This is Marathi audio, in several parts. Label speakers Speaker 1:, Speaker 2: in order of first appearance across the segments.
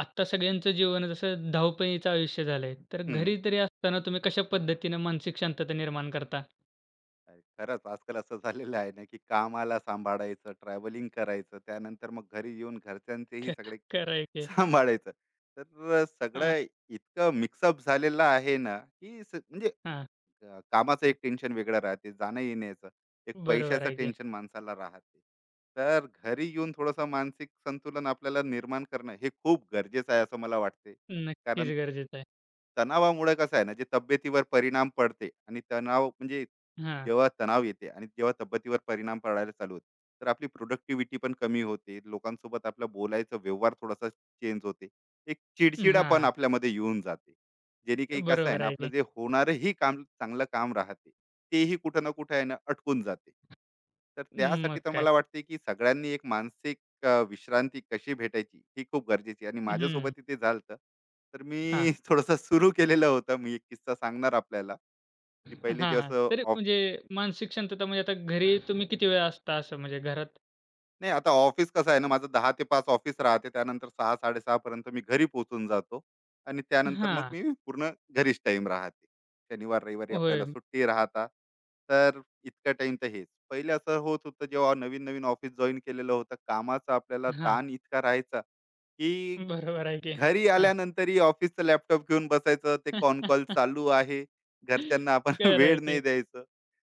Speaker 1: आत्ता सगळ्यांचं जीवन जसं धावपळीचं आयुष्य झालंय, तर
Speaker 2: हं.
Speaker 1: घरी तरी असताना तुम्ही कशा पद्धतीनं मानसिक शांतता निर्माण करता?
Speaker 2: अरे, खरंच आजकाल असं झालेलं आहे ना, की कामाला सांभाळायचं, ट्रॅव्हलिंग करायचं, त्यानंतर मग घरी येऊन घरच्यांचेही
Speaker 1: ख
Speaker 2: सगळे
Speaker 1: खरं आहे की.
Speaker 2: सांभाळायचं. तर
Speaker 1: हां,
Speaker 2: सगळं इतकं मिक्सअप झालेलं आहे ना, की
Speaker 1: हां.
Speaker 2: कामाचं एक टेन्शन वेगळं राहते, जाणं-येण्याचं, एक
Speaker 1: बरोबर
Speaker 2: पैशाचं
Speaker 1: आहे की.
Speaker 2: टेन्शन माणसाला राहते. तर घरी येऊन थोडंसं मानसिक संतुलन आपल्याला निर्माण करणं हे खूप गरजेचं आहे असं मला वाटते.
Speaker 1: नक्कीच
Speaker 2: कारण
Speaker 1: गरजेचं आहे.
Speaker 2: तणावामुळे कसं आहे ना, जे तब्येतीवर परिणाम पडते आणि तणाव म्हणजे
Speaker 1: हां.
Speaker 2: जेव्हा तणाव येते आणि जेव्हा तब्येतीवर परिणाम पडायला चालू होते, तर आपली प्रोडक्टिव्हिटी पण कमी होते. लोकांसोबत आपला बोलायचा व्यवहार थोडासा चेंज होते. एक चिडचिडापण
Speaker 1: हां.
Speaker 2: आपल्यामध्ये येऊन जाते. जेणे काही कसं आहे
Speaker 1: बरोबर
Speaker 2: ना,
Speaker 1: आहे
Speaker 2: आपलं
Speaker 1: की.
Speaker 2: जे होणारंही काम चांगलं काम राहते, तेही कुठं ना कुठं आहे ना, अटकून जाते. तर त्यासाठी
Speaker 1: मग
Speaker 2: तर
Speaker 1: काय.
Speaker 2: मला वाटते, की सगळ्यांनी एक मानसिक विश्रांती कशी भेटायची ही खूप गरजेची आहे आणि
Speaker 1: हं.
Speaker 2: माझ्यासोबतही ते झालं. तर मी
Speaker 1: हां.
Speaker 2: थोडंसं सुरू केलेलं होतं, मी एक किस्सा सांगणार आपल्याला, की
Speaker 1: हां,
Speaker 2: पहिले जे
Speaker 1: हां.
Speaker 2: असं
Speaker 1: तरी
Speaker 2: ऑफ
Speaker 1: म्हणजे मानसिक शांतता म्हणजे आता घरी तुम्ही किती वेळा असता असं म्हणजे घरात?
Speaker 2: नाही, आता ऑफिस कसं आहे ना, माझं दहा ते पाच ऑफिस राहते, त्यानंतर सहा साडेसहा पर्यंत मी घरी पोहोचून जातो आणि त्यानंतर मग
Speaker 1: हां.
Speaker 2: मी पूर्ण घरीच टाइम राहते. शनिवार रविवारी आपल्याला
Speaker 1: होय.
Speaker 2: सुट्टी राहता. तर इतका टाइम तर हेच. पहिले असं होत होतं जेव्हा नवीन नवीन ऑफिस जॉईन केलेलं होतं, कामाचा आपल्याला
Speaker 1: हां.
Speaker 2: ताण इतका राहायचा, की
Speaker 1: बरोबर आहे की.
Speaker 2: घरी
Speaker 1: हां.
Speaker 2: आल्यानंतरही ऑफिसचा लॅपटॉप घेऊन बसायचं, ते कॉल चालू आहे, घरच्यांना आपण
Speaker 1: खरं आहे
Speaker 2: वेळ
Speaker 1: की.
Speaker 2: नाही द्यायचं.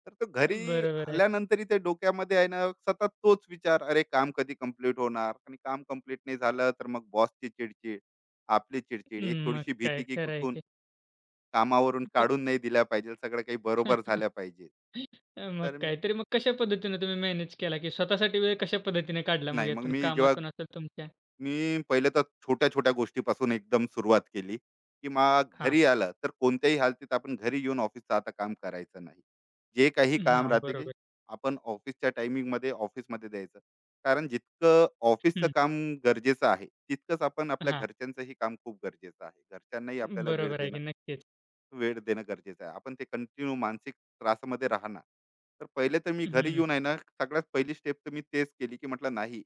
Speaker 2: तर तो घरी
Speaker 1: बरोबर आहे.
Speaker 2: आल्यानंतरही ते डोक्यामध्ये आहे ना, सतत तोच विचार, अरे काम कधी कम्प्लीट होणार, आणि काम कम्प्लीट नाही झालं तर मग बॉसची चिडचिड, आपली चिडचिड, एक
Speaker 1: मग
Speaker 2: थोडीशी भीती,
Speaker 1: काय.
Speaker 2: की
Speaker 1: खरं आहे
Speaker 2: कुठून
Speaker 1: की.
Speaker 2: कामावरून काढून नाही दिल्या पाहिजे, सगळं काही बरोबर झाल्या पाहिजे.
Speaker 1: मग
Speaker 2: तर
Speaker 1: काय. तरी मग कशा पद्धतीनं तुम्ही मॅनेज केला, की स्वतःसाठी वेळ कशा पद्धतीने काढला मग
Speaker 2: नाही मग
Speaker 1: यातून?
Speaker 2: मी जेव्हा
Speaker 1: कामातून असेल तुमच्या?
Speaker 2: मी पहिले तर छोट्या-छोट्या गोष्टीपासून एकदम सुरुवात केली, की
Speaker 1: हां.
Speaker 2: घरी आलं तर कोणत्याही हालतीत आपण घरी येऊन ऑफिसचं आता काम करायचं नाही. जे काही काम
Speaker 1: हां,
Speaker 2: राहते, की
Speaker 1: बरोबर.
Speaker 2: आपण ऑफिसच्या टायमिंगमध्ये ऑफिसमध्ये द्यायचं. कारण जितकं ऑफिसचं
Speaker 1: हं.
Speaker 2: काम गरजेचं आहे, तितकंच आपण आपल्या
Speaker 1: हां.
Speaker 2: घरच्यांचंही काम खूप गरजेचं आहे. घरच्यांनाही आपल्याला
Speaker 1: बरोबर आहे की नक्कीच.
Speaker 2: वेळ देणं गरजेचं आहे. आपण ते कंटिन्यू मानसिक त्रासामध्ये राहणार. तर पहिले तर मी घरी
Speaker 1: हं.
Speaker 2: येऊन आहे ना, सगळ्यात पहिली स्टेप तर मी तेच केली, की म्हटलं नाही,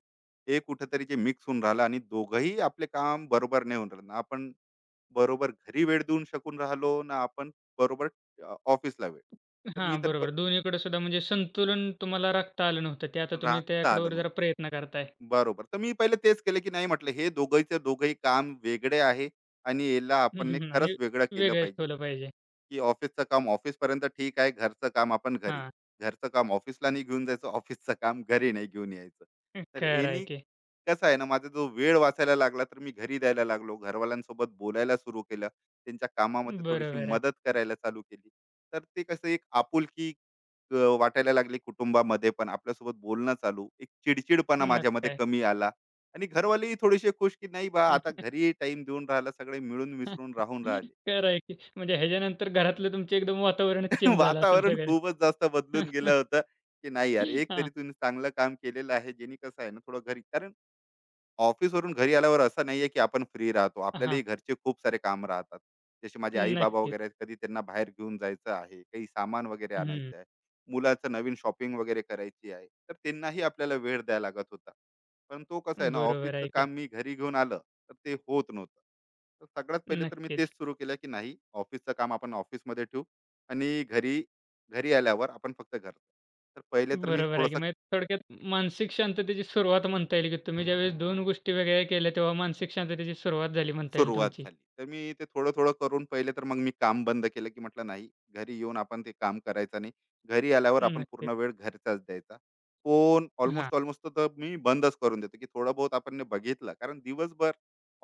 Speaker 2: हे कुठेतरी जे मिक्स होऊन राहिलं आणि दोघंही आपले काम बरोबर नाही होऊन राहिलं. ना आपण बरोबर घरी वेळ देऊन शकून राहिलो, ना आपण बरोबर ऑफिसला वेळ. तर
Speaker 1: हां,
Speaker 2: मी तर प
Speaker 1: बरोबर. दोन्हीकडे सुद्धा म्हणजे संतुलन तुम्हाला राखता आलं नव्हतं. ते आता तुम्ही
Speaker 2: राखता
Speaker 1: त्याकडे
Speaker 2: आलं
Speaker 1: जरा
Speaker 2: नव्हतं.
Speaker 1: प्रयत्न करताय.
Speaker 2: बरोबर. तर मी पहिले तेच केलं, की नाही म्हटलं, हे दोघंही काम वेगळे आहे आणि याला आपण ने
Speaker 1: हं.
Speaker 2: खरंच
Speaker 1: आणि
Speaker 2: वेगळं केलं
Speaker 1: वेगळंच
Speaker 2: पाहिजे.
Speaker 1: ठेवलं पाहिजे.
Speaker 2: की ऑफिसचं काम ऑफिसपर्यंत ठीक आहे, घरचं काम आपण घरी.
Speaker 1: हां.
Speaker 2: घरचं काम ऑफिसला नाही घेऊन जायचं, ऑफिसचं काम घरी नाही घेऊन यायचं. तर
Speaker 1: खरं आहे
Speaker 2: एनी
Speaker 1: की.
Speaker 2: कसं आहे ना, माझा जो वेळ वाचायला लागला, तर मी घरी द्यायला लागलो. घरवाल्यांसोबत बोलायला सुरू केलं. त्यांच्या कामामध्ये थोडीशी
Speaker 1: बरोबर आहे.
Speaker 2: मदत करायला चालू केली. तर ते कसं एक आपुलकी वाटायला लागली कुटुंबामध्ये पण. आपल्यासोबत बोलणं चालू. एक चिडचिडपणा
Speaker 1: मग
Speaker 2: माझ्यामध्ये
Speaker 1: काय.
Speaker 2: कमी आला आणि घरवालेही थोडेसे खुश, की नाही बा, आता घरी टाईम देऊन राहिला, सगळे मिळून मिसळून राहून राहिले.
Speaker 1: खरं आहे की. म्हणजे ह्याच्यानंतर घरातलं तुमचं एकदम वातावरणच चेंज झालं असेल
Speaker 2: वातावरण
Speaker 1: सगळं.
Speaker 2: खूपच जास्त बदलून गेलं होतं, की नाही यार, एक
Speaker 1: हां,
Speaker 2: तरी तुम्ही चांगलं काम केलेलं आहे, जेणे कसं आहे ना, थोडं घरी. कारण ऑफिसवरून घरी आल्यावर असं नाहीये की आपण फ्री राहतो.
Speaker 1: हां.
Speaker 2: आपल्यालाही घरचे खूप सारे काम राहतात. जसे माझे आई-बाबा
Speaker 1: नक्कीच.
Speaker 2: वगैरे आहेत, कधी त्यांना बाहेर घेऊन जायचं आहे, काही सामान वगैरे
Speaker 1: हं.
Speaker 2: आणायचं आहे, मुलाचं नवीन शॉपिंग वगैरे करायची आहे. तर त्यांनाही आपल्याला वेळ द्यावा लागत होता. पण तो कसा आहे ना,
Speaker 1: बरोबर
Speaker 2: ऑफिसचं
Speaker 1: आहे की.
Speaker 2: काम मी घरी घेऊन आलं, तर ते होत नव्हतं. तर सगळ्यात पहिले तर मी तेच
Speaker 1: नक्कीच.
Speaker 2: सुरू केलं, की नाही, ऑफिसचं काम आपण ऑफिसमध्ये ठेवू आणि घरी घरी आल्यावर आपण फक्त घर तर पहिले तर मी
Speaker 1: बरोबर आहे की.
Speaker 2: थोडंसं
Speaker 1: म्हणजे थोडक्यात मानसिक शांततेची सुरुवात म्हणता येईल की तुम्ही ज्यावेळेस 2 गोष्टी वेगळ्या केल्या तेव्हा मानसिक शांततेची सुरुवात झाली म्हणता येईल
Speaker 2: सुरुवात
Speaker 1: तुमची.
Speaker 2: झाली. तर मी ते थोडं-थोडं करून पहिले तर मग मी काम बंद केलं, की म्हटलं नाही, घरी येऊन आपण ते काम करायचं नाही. घरी आल्यावर आपण पूर्ण
Speaker 1: नक्कीच.
Speaker 2: वेळ घरचाच द्यायचा. फोन
Speaker 1: हां.
Speaker 2: ऑलमोस्ट तर मी बंदच करून देतो, की थोडं बहुत आपण ने बघितलं. कारण दिवसभर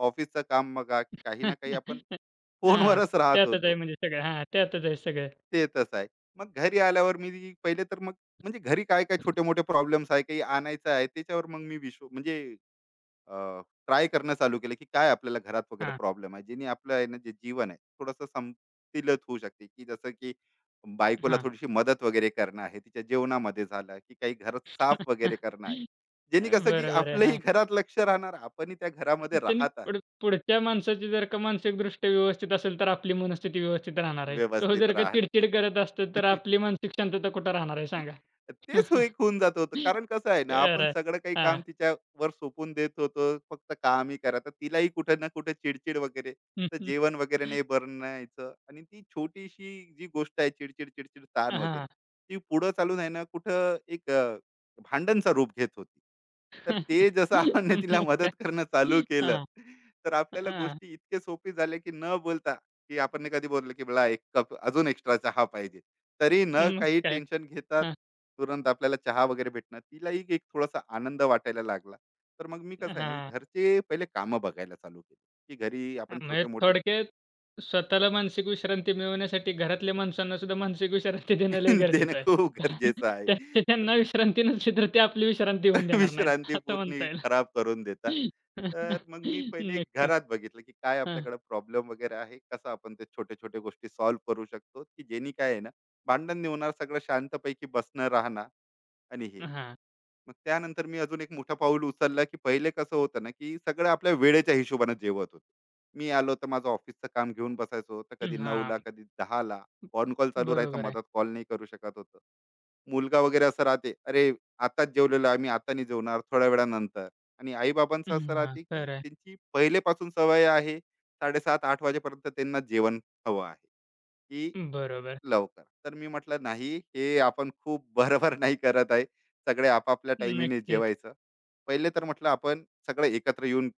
Speaker 2: ऑफिसचं काम बघा, की काही ना काही आपण फोनवरच
Speaker 1: हां.
Speaker 2: राहत
Speaker 1: त्यातच आहे
Speaker 2: होतो.
Speaker 1: म्हणजे सगळं. हां, त्यातच आहे सगळं.
Speaker 2: ते तसं आहे. मग घरी आल्यावर मी पहिले तर मग घरी काय-काय छोटे-मोठे प्रॉब्लेम्स आहे, काही आणायचं आहे, त्याच्यावर मग मी विश्व म्हणजे ट्राय करणं चालू केलं, की काय आपल्याला घरात वगैरे
Speaker 1: हां,
Speaker 2: प्रॉब्लेम आहे, जेणे आपलं आहे ना जे जीवन आहे थोडंसं समतिलत होऊ शकते. की जसं की बायकोला
Speaker 1: हां.
Speaker 2: थोडीशी मदत वगैरे करणं आहे, तिच्या जेवणामध्ये झालं, की काही घरात साफ वगैरे करणं आहे, जेणे कसं की
Speaker 1: बरोबर आहे.
Speaker 2: आपलंही
Speaker 1: हां.
Speaker 2: घरात लक्ष राहणार, आपणही त्या घरामध्ये
Speaker 1: त्यांनी
Speaker 2: राहत आहे.
Speaker 1: पुढ पुढच्या माणसाची जर का मानसिकदृष्ट्या व्यवस्थित असेल तर आपली मनस्थिती व्यवस्थित राहणार आहे. तो
Speaker 2: व्यवस्थित
Speaker 1: जर का
Speaker 2: राहणं
Speaker 1: चिडचिड करत असतो तर आपली मानसिक शांतता कुठं राहणार आहे सांगा?
Speaker 2: तेच हो एक होऊन जात होतं. कारण कसं आहे ना,
Speaker 1: खरं
Speaker 2: आपण
Speaker 1: आहे.
Speaker 2: सगळं काही काम
Speaker 1: हां.
Speaker 2: तिच्यावर सोपवून देत होतो. फक्त कामही करा. तर तिलाही कुठे ना कुठे चिडचिड वगैरे,
Speaker 1: हं,
Speaker 2: तर
Speaker 1: हं.
Speaker 2: जेवण वगैरे नाही बनायचं आणि ती छोटीशी जी गोष्ट आहे, चिडचिड, चिडचिड, ताण वगैरे,
Speaker 1: हां.
Speaker 2: ती पुढं चालून आहे ना कुठं एक भांडणचा रूप घेत होती. तर ते जसं आपण ना तिला
Speaker 1: मग काय?
Speaker 2: मदत करणं चालू केलं,
Speaker 1: हां,
Speaker 2: तर आपल्याला
Speaker 1: हां.
Speaker 2: गोष्टी इतक्या सोपी झाल्या, की न बोलता, की आपण ने कधी बोललं, की "मला 1 कप अजून एक्स्ट्रा चहा पाहिजे." तरी न
Speaker 1: मग
Speaker 2: काही
Speaker 1: काय?
Speaker 2: टेन्शन घेतात,
Speaker 1: हां,
Speaker 2: तुरंत आपल्याला चहा वगैरे भेटणं, तिलाही एक थोडासा आनंद वाटायला लागला. तर मग मी कसं आहे ना,
Speaker 1: हां.
Speaker 2: घरचे पहिले कामं बघायला चालू केली, की घरी आपण
Speaker 1: म्हणजे
Speaker 2: छोटे-मोठे
Speaker 1: थोडक्यात स्वतःला मानसिक विश्रांती मिळवण्यासाठी घरातल्या माणसांना सुद्धा मानसिक विश्रांती देणं लय
Speaker 2: देणं
Speaker 1: गरजेचं आहे.
Speaker 2: खूप
Speaker 1: कारण
Speaker 2: गरजेचं आहे.
Speaker 1: त्या ते
Speaker 2: तर
Speaker 1: त्यांना विश्रांती नसली तर ते आपली विश्रांती होऊन देणार नाहीत,
Speaker 2: विश्रांती
Speaker 1: असं
Speaker 2: पूर्ण
Speaker 1: म्हणता येईल.
Speaker 2: खराब करून देता. तर मग मी पहिले
Speaker 1: नक्कीच.
Speaker 2: घरात बघितलं, की काय
Speaker 1: हां,
Speaker 2: आपल्याकडे प्रॉब्लेम वगैरे आहे, कसं आपण ते छोटे-छोटे गोष्टी सॉल्व्ह करू शकतो, की जेणे काय आहे ना, भांडण नाही होणार, सगळं शांतपैकी बसणं, राहणं आणि हे.
Speaker 1: हां,
Speaker 2: मग त्यानंतर मी अजून एक मोठं पाऊल उचललं, की पहिले कसं होतं ना, की सगळं आपल्या वेळेच्या हिशोबाने जेवत होतो. मी आलो तर माझं ऑफिसचं काम घेऊन बसायचो, तर कधी
Speaker 1: हां.
Speaker 2: 9:00ला, कधी दहाला ऑन कॉल चालू राहायचा,
Speaker 1: बरोबर आहे.
Speaker 2: मधात कॉल नाही करू शकत होतो. मुलगा वगैरे असं राहते, "अरे, आताच जेवलेलो आहे, मी आता नाही जेवणार, थोड्या वेळानंतर." आणि आई-बाबांचं असं
Speaker 1: हां,
Speaker 2: राहते, की
Speaker 1: खरं आहे.
Speaker 2: त्यांची पहिलेपासून सवय आहे, 7:30-8:00 वाजेपर्यंत त्यांना जेवण हवं आहे,
Speaker 1: बरोबर.
Speaker 2: लवकर. तर मी म्हटलं, "नाही, हे आपण खूप बरोबर नाही करत आहे. सगळे आपापल्या टाइमीने
Speaker 1: नक्कीच.
Speaker 2: जेवायचं. पहिले तर म्हटलं आपण सगळं एकत्र येऊन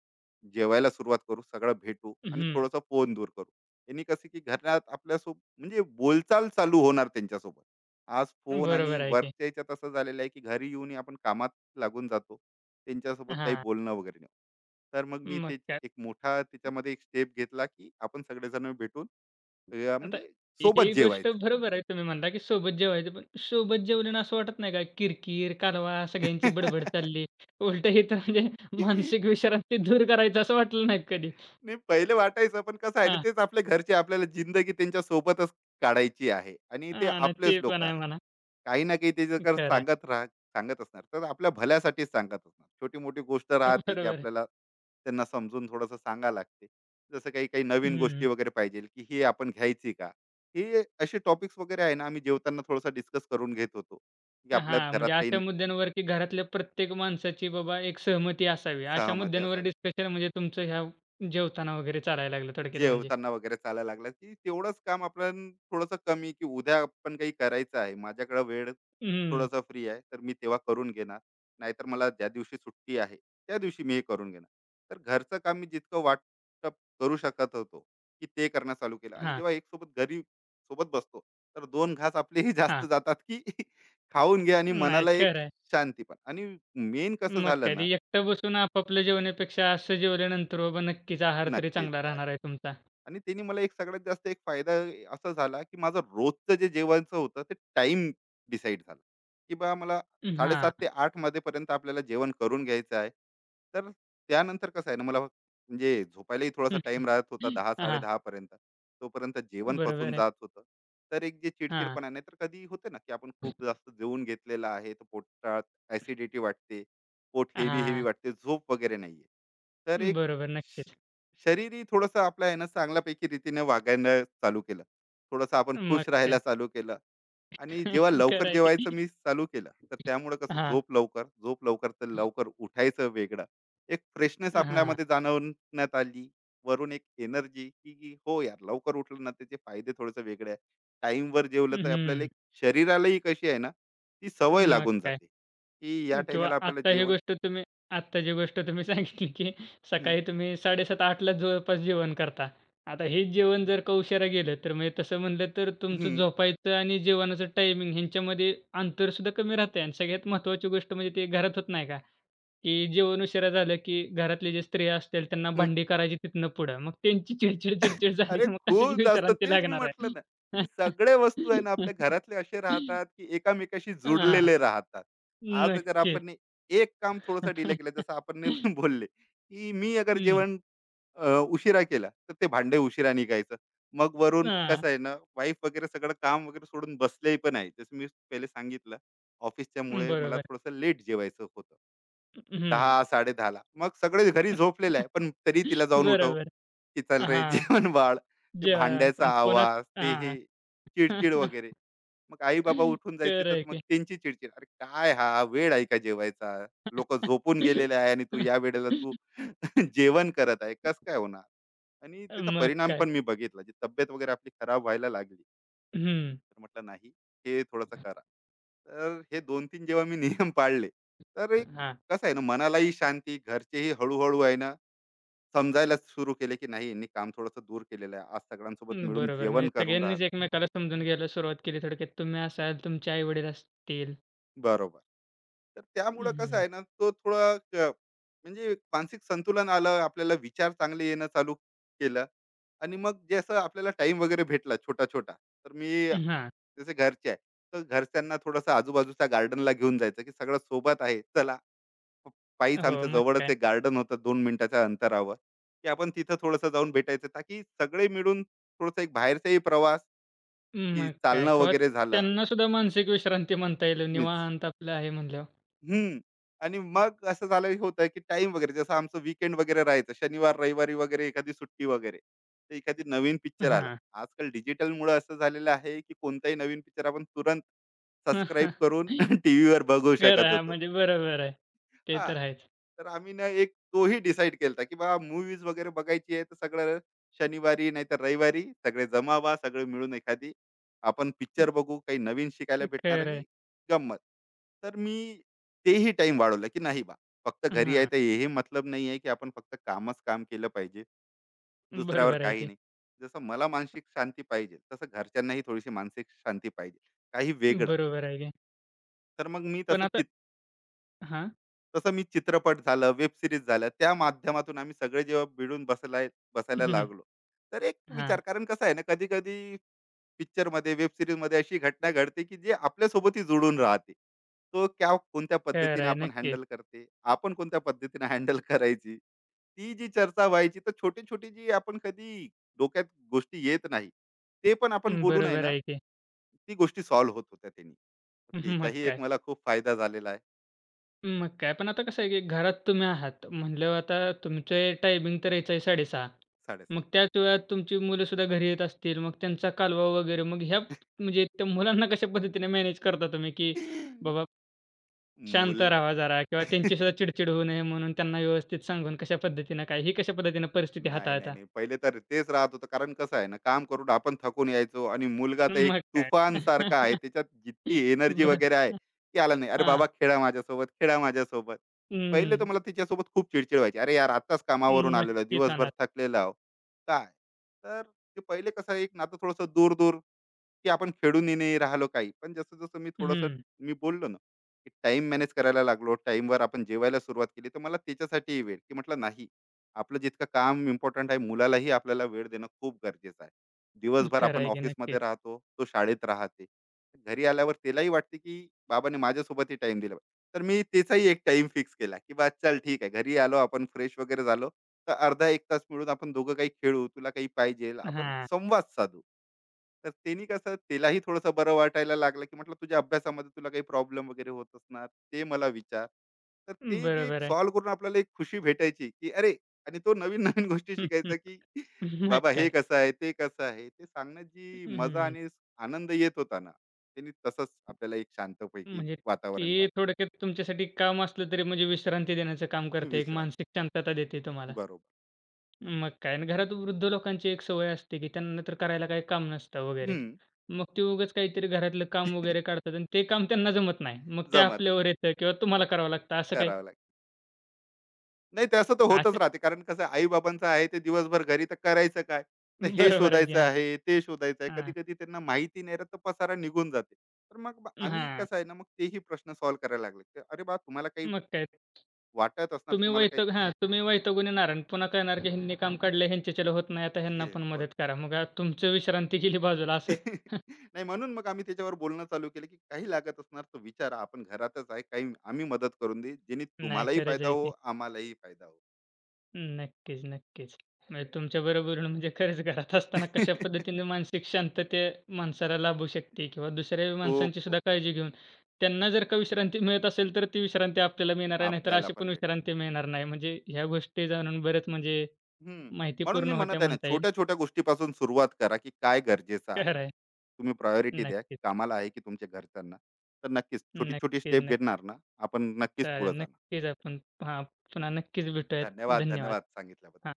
Speaker 2: जेवायला सुरुवात करू, सगळं भेटू आणि
Speaker 1: हं.
Speaker 2: थोडंसं फोन दूर करू." यांनी कसं की घरात आपल्यासोबत बोलचाल चालू होणार त्यांच्यासोबत. आज फोन आणि
Speaker 1: बरोबर आहे की.
Speaker 2: वर्कच्या ह्याच्यात असं झालेलं आहे, की घरी येऊनही आपण कामात लागून जातो. त्यांच्यासोबत काही
Speaker 1: हां,
Speaker 2: बोलणं वगैरे नाही. तर मग मी
Speaker 1: मग
Speaker 2: ते
Speaker 1: काय.
Speaker 2: एक मोठा त्याच्यामध्ये एक स्टेप घेतला, की आपण सगळेजण भेटून अ,
Speaker 1: आता
Speaker 2: म्हणजे सोबत
Speaker 1: ही गोष्ट
Speaker 2: जेवायचं.
Speaker 1: बरोबर आहे तुम्ही म्हणला, की सोबत जेवायचं. पण सोबत जेवल्यानं असं वाटत नाही का किरकिर, कारवा, सगळ्यांची बडबड चालली. उलटं हे तर म्हणजे मानसिक विश्रांती दूर करायचं असं वाटलं नाही कधी.
Speaker 2: नाही, पहिले वाटायचं, पण कसं आहे ना,
Speaker 1: हां,
Speaker 2: तेच आपले घरचे आपल्याला जिंदगी त्यांच्या सोबतच काढायची आहे आणि ते
Speaker 1: हां, नाही
Speaker 2: आपलेच
Speaker 1: ते
Speaker 2: लोक
Speaker 1: पण आहे
Speaker 2: आहे.
Speaker 1: म्हणा.
Speaker 2: काही ना काही ते जर
Speaker 1: खरं आहे.
Speaker 2: सांगत असणार, तर आपल्या भल्यासाठीच सांगत असणार, छोटी मोठी गोष्ट राहते जे
Speaker 1: बरोबर आहे.
Speaker 2: आपल्याला त्यांना समजून थोडंसं सांगा लागते. जसं काही काही नवीन गोष्टी
Speaker 1: हं.
Speaker 2: वगैरे पाहिजे, की ही आपण घ्यायची का, हे असे टॉपिक्स वगैरे आहे ना, आम्ही जेवताना थोडासा डिस्कस करून घेत होतो, की आपल्या
Speaker 1: हां,
Speaker 2: घरात
Speaker 1: म्हणजे
Speaker 2: काही
Speaker 1: अशा मुद्द्यांवर, की घरातल्या प्रत्येक माणसाची बाबा एक सहमती असावी. अशा
Speaker 2: सहमती
Speaker 1: मुद्द्यांवर
Speaker 2: असावी.
Speaker 1: डिस्कशन म्हणजे तुमचं ह्या जेवताना वगैरे चालायला लागलं थोडक्यात म्हणजे.
Speaker 2: जेवताना वगैरे चालायला लागला, की तेवढंच काम आपण थोडंसं कमी, की उद्या आपण काही करायचं आहे, माझ्याकडे वेळ
Speaker 1: हं.
Speaker 2: थोडासा फ्री आहे तर मी तेव्हा करून घेणार, नाहीतर मला ज्या दिवशी सुट्टी आहे त्या दिवशी मी हे करून घेणार. तर घरचं काम मी जितकं वाटप करू शकत होतो, की ते करणं चालू केलं, आणि
Speaker 1: हां,
Speaker 2: जेव्हा एक सोबत घरी सोबत बसतो, तर दोन घास आपलेही जास्त
Speaker 1: हां.
Speaker 2: जातात, की खाऊन घे आणि
Speaker 1: नाही
Speaker 2: मनाला एक
Speaker 1: खरं आहे.
Speaker 2: शांती पण. आणि मेन कसं
Speaker 1: मग
Speaker 2: झालं
Speaker 1: काय ते
Speaker 2: ना,
Speaker 1: एकटं बसून आपापलं जेवण्यापेक्षा असं जेवल्यानंतर बाबा नक्कीच आहार तरी
Speaker 2: नक्कीच
Speaker 1: चांगला राहणार
Speaker 2: आहे.
Speaker 1: आहे तुमचा.
Speaker 2: आणि त्यांनी मला एक सगळ्यात जास्त एक फायदा असा झाला, की माझं रोजचं जे जेवणाचं होतं ते टाइम डिसाईड झाला, की बा मला
Speaker 1: अं,
Speaker 2: 7:30
Speaker 1: हां.
Speaker 2: ते 8 मध्येपर्यंत आपल्याला जेवण करून घ्यायचं आहे. तर त्यानंतर कसं आहे ना, मला म्हणजे झोपायलाही थोडासा
Speaker 1: हं,
Speaker 2: टाईम राहत होता
Speaker 1: हां,
Speaker 2: 10-10:30 पर्यंत. तोपर्यंत जेवण पचून
Speaker 1: बरोबर आहे.
Speaker 2: जात होतं. तर एक जे
Speaker 1: हां,
Speaker 2: चिडचिडपणा नाही, तर कधी होते ना, की आपण खूप जास्त जेवून घेतलेलं आहे, तर पोटात ॲसिडिटी वाटते, पोट हेवी-हेवी
Speaker 1: हां.
Speaker 2: वाटते, झोप वगैरे नाहीये. तर एक
Speaker 1: बरोबर नक्कीच.
Speaker 2: शरीरही थोडंसं आपलं आहे ना चांगल्यापैकी रीतीने वागायला चालू केलं. थोडंसं आपण
Speaker 1: मग
Speaker 2: खुश राहायला
Speaker 1: काय?
Speaker 2: चालू केलं. आणि जेव्हा लवकर
Speaker 1: खरं
Speaker 2: जेवायचं मी चालू केलं, तर त्यामुळं कसं,
Speaker 1: हां,
Speaker 2: झोप लवकर, झोप लवकर तर लवकर उठायचं वेगळं. एक फ्रेशनेस
Speaker 1: हां.
Speaker 2: आपल्यामध्ये जाणवण्यात आली. वरून एक एनर्जी, की की हो यार, लवकर उठलं ना, त्याचे फायदे थोडेसे वेगळे आहे. टाईमवर जेवलं तर आपल्याला
Speaker 1: हं.
Speaker 2: एक शरीरालाही कशी आहे ना, ती सवय
Speaker 1: मग
Speaker 2: लागून
Speaker 1: काय?
Speaker 2: जाते, की या
Speaker 1: किंवा
Speaker 2: टाईमाला आपल्याला
Speaker 1: आत्ता ही
Speaker 2: जेवण.
Speaker 1: गोष्ट तुम्ही आत्ता जी गोष्ट तुम्ही सांगितली, की
Speaker 2: हं,
Speaker 1: सकाळी तुम्ही 7:30-8:00लाच जवळपास जेवण करता. आता हेच जेवण जर का उशिरा गेलं, तर म्हणजे तसं म्हणलं तर तुमचं
Speaker 2: हं.
Speaker 1: झोपायचं आणि जेवणाचं टायमिंग ह्यांच्यामध्ये अंतरसुद्धा कमी राहतंय आणि सगळ्यात महत्त्वाची गोष्ट म्हणजे ते घरात होत नाही का, की जेवण उशिरा झालं, की घरातले जे स्त्रिया असतील त्यांना भांडी करायची तिथनं पुढं. मग त्यांची चिडचिड, चिडचिड झाली,
Speaker 2: अरे
Speaker 1: की मग कशाची
Speaker 2: खूप जास्त.
Speaker 1: विश्रांती
Speaker 2: तेच मी
Speaker 1: लागणार
Speaker 2: म्हटलं ना,
Speaker 1: आहे?
Speaker 2: की सगळ्या वस्तू आहे ना आपल्या घरातले असे राहतात, की एकामेकाशी
Speaker 1: हां,
Speaker 2: जुडलेले राहतात. आज अगर
Speaker 1: नक्कीच.
Speaker 2: आपण ने एक काम थोडंसं डिले केलं, जसं आपण ने बोलले, की मी अगर
Speaker 1: हं.
Speaker 2: जेवण अ, उशिरा केला, तर ते भांडे उशिरा निघायचं. मग वरून
Speaker 1: हां.
Speaker 2: कसं आहे ना, वाईफ वगैरे सगळं काम वगैरे सोडून बसले पण आहे. जसं मी पहिले सांगितलं, ऑफिसच्यामुळे मला
Speaker 1: बरोबर.
Speaker 2: थोडंसं लेट जेवायचं होतं.
Speaker 1: हं.
Speaker 2: 1000 साडे ला. मग सगळे घरी झोपलेले आहे, पण तरी तिला जाऊन उठव,
Speaker 1: बरोबर.
Speaker 2: की "चल रे,
Speaker 1: हां.
Speaker 2: जेवण वाढ." ते
Speaker 1: जेवण
Speaker 2: भांड्याचा
Speaker 1: पण पुन्हा
Speaker 2: आवाज, ते हे
Speaker 1: हां.
Speaker 2: चिडचिड वगैरे. मग आई-बाबा उठून जायचे,
Speaker 1: खरं
Speaker 2: तर
Speaker 1: आहे
Speaker 2: मग
Speaker 1: की.
Speaker 2: त्यांची चिडचिड, "अरे काय हा वेळ आहे का जेवायचा? लोकं झोपून गेलेले आहे आणि तू या वेळेला तू जेवण करत आहे. कस काय होणार? आणि त्याचा
Speaker 1: मग
Speaker 2: परिणाम
Speaker 1: काय.
Speaker 2: पण मी बघितला, जी तब्येत वगैरे आपली खराब व्हायला लागली.
Speaker 1: हं.
Speaker 2: तर म्हटलं नाही, हे थोडंसं करा. तर हे दोन तीन जेव्हा मी नियम पाळले, तर एक
Speaker 1: हां.
Speaker 2: कसं आहे ना, मनालाही शांती, घरचेही हळूहळू आहे ना समजायला सुरू केले, की नाही यांनी काम थोडंसं दूर केलेलं आहे, आज सगळ्यांसोबत मिळून
Speaker 1: बरोबर. म्हणजे
Speaker 2: जेवण करून
Speaker 1: सगळ्यांनीच
Speaker 2: राहिलं.
Speaker 1: एकमेकाला समजून घ्यायला सुरुवात केली थोडक्यात. तुम्ही असाल, तुमचे आई-वडील असतील.
Speaker 2: बरोबर. तर त्यामुळं कसं
Speaker 1: हं.
Speaker 2: आहे ना, तो थोडा अ, म्हणजे मानसिक संतुलन आलं, आपल्याला विचार चांगले येणं चालू केलं. आणि मग जसं आपल्याला टाइम वगैरे भेटला छोटा-छोटा, तर मी,
Speaker 1: हां.
Speaker 2: जसे घरचे आहे, तर घरच्यांना थोडंसं आजूबाजूच्या गार्डनला घेऊन जायचं, की सगळं सोबत आहे, चला. पायीच
Speaker 1: हो,
Speaker 2: आमच्या
Speaker 1: मग
Speaker 2: जवळच
Speaker 1: काय.
Speaker 2: एक गार्डन होतं 2 मिनिटाच्या अंतरावर, की आपण तिथं थोडंसं जाऊन भेटायचं, ताकी सगळे मिळून थोडंसं एक बाहेरचाही प्रवास, की
Speaker 1: मग काय.
Speaker 2: चालणं
Speaker 1: किंवा
Speaker 2: वगैरे झालं.
Speaker 1: त्यांना सुद्धा मानसिक विश्रांती म्हणता येईल.
Speaker 2: मीच
Speaker 1: निवांत आपलं आहे म्हणल्यावर.
Speaker 2: हं. आणि मग असं झालं होतं, की टाईम वगैरे जसं आमचं वीकेंड वगैरे राहायचं. शनिवार, रविवारी वगैरे एखादी सुट्टी वगैरे. तर एखादी नवीन पिक्चर आला.
Speaker 1: हां.
Speaker 2: आजकाल डिजिटलमुळं असं झालेलं आहे, की कोणताही नवीन पिक्चर आपण तुरंत सबस्क्राईब
Speaker 1: खरं
Speaker 2: करून टीव्हीवर बघू शकत
Speaker 1: आहे. हां,
Speaker 2: होतो.
Speaker 1: म्हणजे बरोबर आहे. ते
Speaker 2: हां.
Speaker 1: तर आहेच.
Speaker 2: तर आम्ही ना एक तोही डिसाईड केलता, की बाबा मूव्हीज वगैरे बघायची आहे, तर सगळं शनिवारी नाहीतर रविवारी सगळे जमावा, व्हा, सगळे मिळून एखादी आपण पिक्चर बघू, काही नवीन शिकायला भेटणार
Speaker 1: खरं आहे.
Speaker 2: आणि गंमत. तर मी तेही टाइम वाढवलं, की नाही बा, फक्त घरी आहे
Speaker 1: हां,
Speaker 2: तर हे मतलब नाही आहे, की आपण फक्त कामच काम केलं पाहिजे, दुसऱ्यावर
Speaker 1: बरोबर आहे
Speaker 2: काही
Speaker 1: की.
Speaker 2: नाही. जसं मला मानसिक शांती पाहिजे, तसं घरच्यांनाही थोडीशी मानसिक शांती पाहिजे, काही वेगळं.
Speaker 1: बरोबर आहे की.
Speaker 2: तर मग मी
Speaker 1: पण
Speaker 2: तसं,
Speaker 1: आता हां.
Speaker 2: तसं मी चित्रपट झालं, वेब सीरीज झालं, त्या माध्यमातून आम्ही सगळे जेव्हा मिळून बसायला
Speaker 1: हं, हं.
Speaker 2: लागलो, तर एक
Speaker 1: हां,
Speaker 2: विचार, कारण कसं आहे ना, कधी-कधी पिक्चरमध्ये, वेब सीरीजमध्ये अशी घटना घडते, की जे आपल्यासोबतही जुळून राहते. तो क्या कोणत्या
Speaker 1: खरं
Speaker 2: पद्धतीने
Speaker 1: आहे
Speaker 2: आपण
Speaker 1: नक्कीच.
Speaker 2: हँडल करते, आपण कोणत्या पद्धतीने हँडल करायची. ती जी चर्चा व्हायची, तर छोटी-छोटी जी आपण कधी डोक्यात गोष्टी येत नाही, ते पण आपण बोलून आहे
Speaker 1: बरोबर
Speaker 2: ना,
Speaker 1: आहे की.
Speaker 2: ती गोष्टी सॉल्व्ह होत होत्या त्यांनी.
Speaker 1: मग
Speaker 2: त्याचाही एक
Speaker 1: काय?
Speaker 2: मला खूप फायदा झालेला आहे.
Speaker 1: मग काय? पण आता कसं आहे की घरात तुम्ही आहात म्हणल्यावर आता तुमचे टायमिंग तर यायचं आहे 6:30.
Speaker 2: 7:30.
Speaker 1: मग त्याच वेळात तुमची मुलंसुद्धा घरी येत असतील. मग त्यांचा कालवा वगैरे मग ह्या म्हणजे त्या मुलांना कशा पद्धतीने मॅनेज करता तुम्ही की बाबा शांत
Speaker 2: मूल.
Speaker 1: राहावा जरा किंवा त्यांची सुद्धा चिडचिड होऊ नये म्हणून त्यांना व्यवस्थित सांगून कशा पद्धतीनं काय, ही कशा पद्धतीनं परिस्थिती
Speaker 2: नाही, नाही,
Speaker 1: हाताळता?
Speaker 2: नाही. पहिले तर तेच राहत होतं. कारण कसं आहे ना, काम करून आपण थकून यायचो आणि मुलगा तर एक
Speaker 1: मग
Speaker 2: तुफान,
Speaker 1: काय.
Speaker 2: तुफानसारखा आहे. त्याच्यात जितकी एनर्जी
Speaker 1: बरं.
Speaker 2: वगैरे आहे, ती आला नाही. "अरे
Speaker 1: हां.
Speaker 2: बाबा, खेळा माझ्यासोबत, खेळा माझ्यासोबत." पहिले तर
Speaker 1: हं.
Speaker 2: मला तिच्यासोबत खूप चिडचिड व्हायची. "अरे यार, आत्ताच कामावरून आलेलो आहे,
Speaker 1: नक्कीच
Speaker 2: दिवसभर
Speaker 1: होणार.
Speaker 2: थकलेलो आहो." काय? तर ते पहिले कसं एक नातं थोडंसं दूर-दूर, की आपण खेळूनही नाही राहिलो काही. पण जसं जसं मी थोडंसं,
Speaker 1: हं.
Speaker 2: मी बोललो ना, की टाइम मॅनेज करायला लागलो, टाइमवर आपण जेवायला सुरुवात केली, तर मला त्याच्यासाठी वेळ, की म्हटलं नाही, आपलं जितकं काम इम्पॉर्टंट आहे, मुलालाही आपल्याला वेळ देणं खूप गरजेचं आहे. दिवसभर
Speaker 1: खरं
Speaker 2: आपण
Speaker 1: आहे की
Speaker 2: ऑफिसमध्ये
Speaker 1: नक्कीच.
Speaker 2: राहतो, तो शाळेत राहते. घरी आल्यावर त्यालाही वाटते, की बाबाने माझ्यासोबतही टाइम दिला पाहिजे. तर मी त्याचाही एक टाइम फिक्स केला, की बा चल ठीक आहे, घरी आलो आपण, फ्रेश वगैरे झालो, तर अर्धा एक तास मिळून आपण दोघं काही खेळू, तुला काही पाहिजे आपण
Speaker 1: हां.
Speaker 2: संवाद साधू. तर त्यांनी कसं त्यालाही थोडंसं बरं वाटायला लागलं, की म्हटलं तुझ्या अभ्यासामध्ये तुला काही प्रॉब्लेम वगैरे होत असणार, ते मला विचार. तर ते जे एक
Speaker 1: बरोबर आहे.
Speaker 2: सॉल्व्ह करून आपल्याला एक खुशी भेटायची, की अरे. आणि तो नवीन-नवीन गोष्टी
Speaker 1: हं, हं.
Speaker 2: शिकायचा, की
Speaker 1: मग
Speaker 2: बाबा हे
Speaker 1: काय.
Speaker 2: कसं आहे, ते कसं आहे, ते सांगण्यात जी मजा
Speaker 1: हं.
Speaker 2: आणि आनंद येत होता ना, त्यांनी तसंच आपल्याला एक शांतपैकी
Speaker 1: म्हणजे
Speaker 2: वातावरण
Speaker 1: ते
Speaker 2: वाट.
Speaker 1: थोडक्यात तुमच्यासाठी काम असलं तरी म्हणजे विश्रांती देण्याचं काम करते, एक
Speaker 2: विश्रांती.
Speaker 1: मानसिक शांतता देते तुम्हाला.
Speaker 2: बरोबर.
Speaker 1: मग काय आणि घरात वृद्ध लोकांची एक सवय असते, की त्यांना तर करायला काही काम नसतं वगैरे.
Speaker 2: हं.
Speaker 1: मग ते उगाच काहीतरी घरातलं काम वगैरे काढतात आणि ते काम त्यांना जमत नाही. मग ते
Speaker 2: जमत नाही.
Speaker 1: आपल्यावर येतं किंवा तुम्हाला करावं लागतं असं काय?
Speaker 2: करावं लागेल. नाही तसं तर होतच
Speaker 1: असं
Speaker 2: राहते. कारण कसं आई बाबांचं आहे, ते दिवसभर घरी तर करायचं काय? तर हे
Speaker 1: बरोबर आहे की
Speaker 2: शोधायचं
Speaker 1: हां,
Speaker 2: आहे, ते शोधायचं आहे.
Speaker 1: हां.
Speaker 2: कधी-कधी त्यांना माहिती नाही राहत, तर पसारा निघून जाते. तर मग आम्ही
Speaker 1: हां.
Speaker 2: कसं आहे ना, मग तेही प्रश्न सॉल्व्ह करायला लागले. की "अरे बा, तुम्हाला काही
Speaker 1: मग काय
Speaker 2: वाटत असणार,
Speaker 1: तुम्ही
Speaker 2: तुम्हाला काही
Speaker 1: वैताग हां, तुम्ही वैतागून येणार आणि पुन्हा कळणार, की ह्यांनी काम काढलं ह्यांच्याच्याला होत नाही आता ह्यांना
Speaker 2: हे
Speaker 1: पण
Speaker 2: होत."
Speaker 1: मदत करा. मग तुमचं विश्रांती गेली बाजूला
Speaker 2: नाही,
Speaker 1: असं.
Speaker 2: नाही, म्हणून मग आम्ही त्याच्यावर बोलणं चालू केलं, की काही लागत असणार तर विचारा. आपण घरातच आहे. काही आम्ही मदत करून देऊ. जेणे
Speaker 1: नाही
Speaker 2: तुम्हालाही
Speaker 1: खरंच
Speaker 2: फायदा
Speaker 1: आहे
Speaker 2: हो,
Speaker 1: की.
Speaker 2: आम्हालाही फायदा हो.
Speaker 1: नक्कीच, नक्कीच. म्हणजे तुमच्या बरोबरीनं म्हणजे खरंच घरात असताना कशा पद्धतीने मानसिक शांतता माणसाला लाभू शकते किंवा दुसऱ्या
Speaker 2: खूप,
Speaker 1: माणसांची सुद्धा
Speaker 2: खूप.
Speaker 1: काळजी घेऊन त्यांना जर का विश्रांती मिळत असेल, तर ती विश्रांती आपल्याला मिळणार आहे. नाहीतर
Speaker 2: आपल्याला
Speaker 1: अशी पण
Speaker 2: पण भेटेल.
Speaker 1: विश्रांती मिळणार नाही. म्हणजे ह्या गोष्टी जाणून बरंच म्हणजे
Speaker 2: हं. म्हणून
Speaker 1: माहितीपूर्ण
Speaker 2: मी म्हणत
Speaker 1: होत्या
Speaker 2: आहे ना,
Speaker 1: म्हणता येईल.
Speaker 2: छोट्या-छोट्या गोष्टीपासून सुरुवात करा, की काय गरजेचं आहे.
Speaker 1: खरं आहे.
Speaker 2: तुम्ही प्रायोरिटी द्या, की
Speaker 1: नक्कीच,
Speaker 2: कामाला आहे की तुमच्या घरच्यांना. तर नक्कीच छोटी-छोटी
Speaker 1: नक्कीच,
Speaker 2: स्टेप
Speaker 1: नक्कीच.
Speaker 2: घेणार ना, आपण नक्कीच पुढे
Speaker 1: चालेल.
Speaker 2: जाणार.
Speaker 1: नक्कीच आपण हां, पुन्हा नक्कीच भेटूयात.
Speaker 2: धन्यवाद, धन्यवाद
Speaker 1: धन्यवाद.
Speaker 2: सांगितल्याबद्दल.
Speaker 1: हां.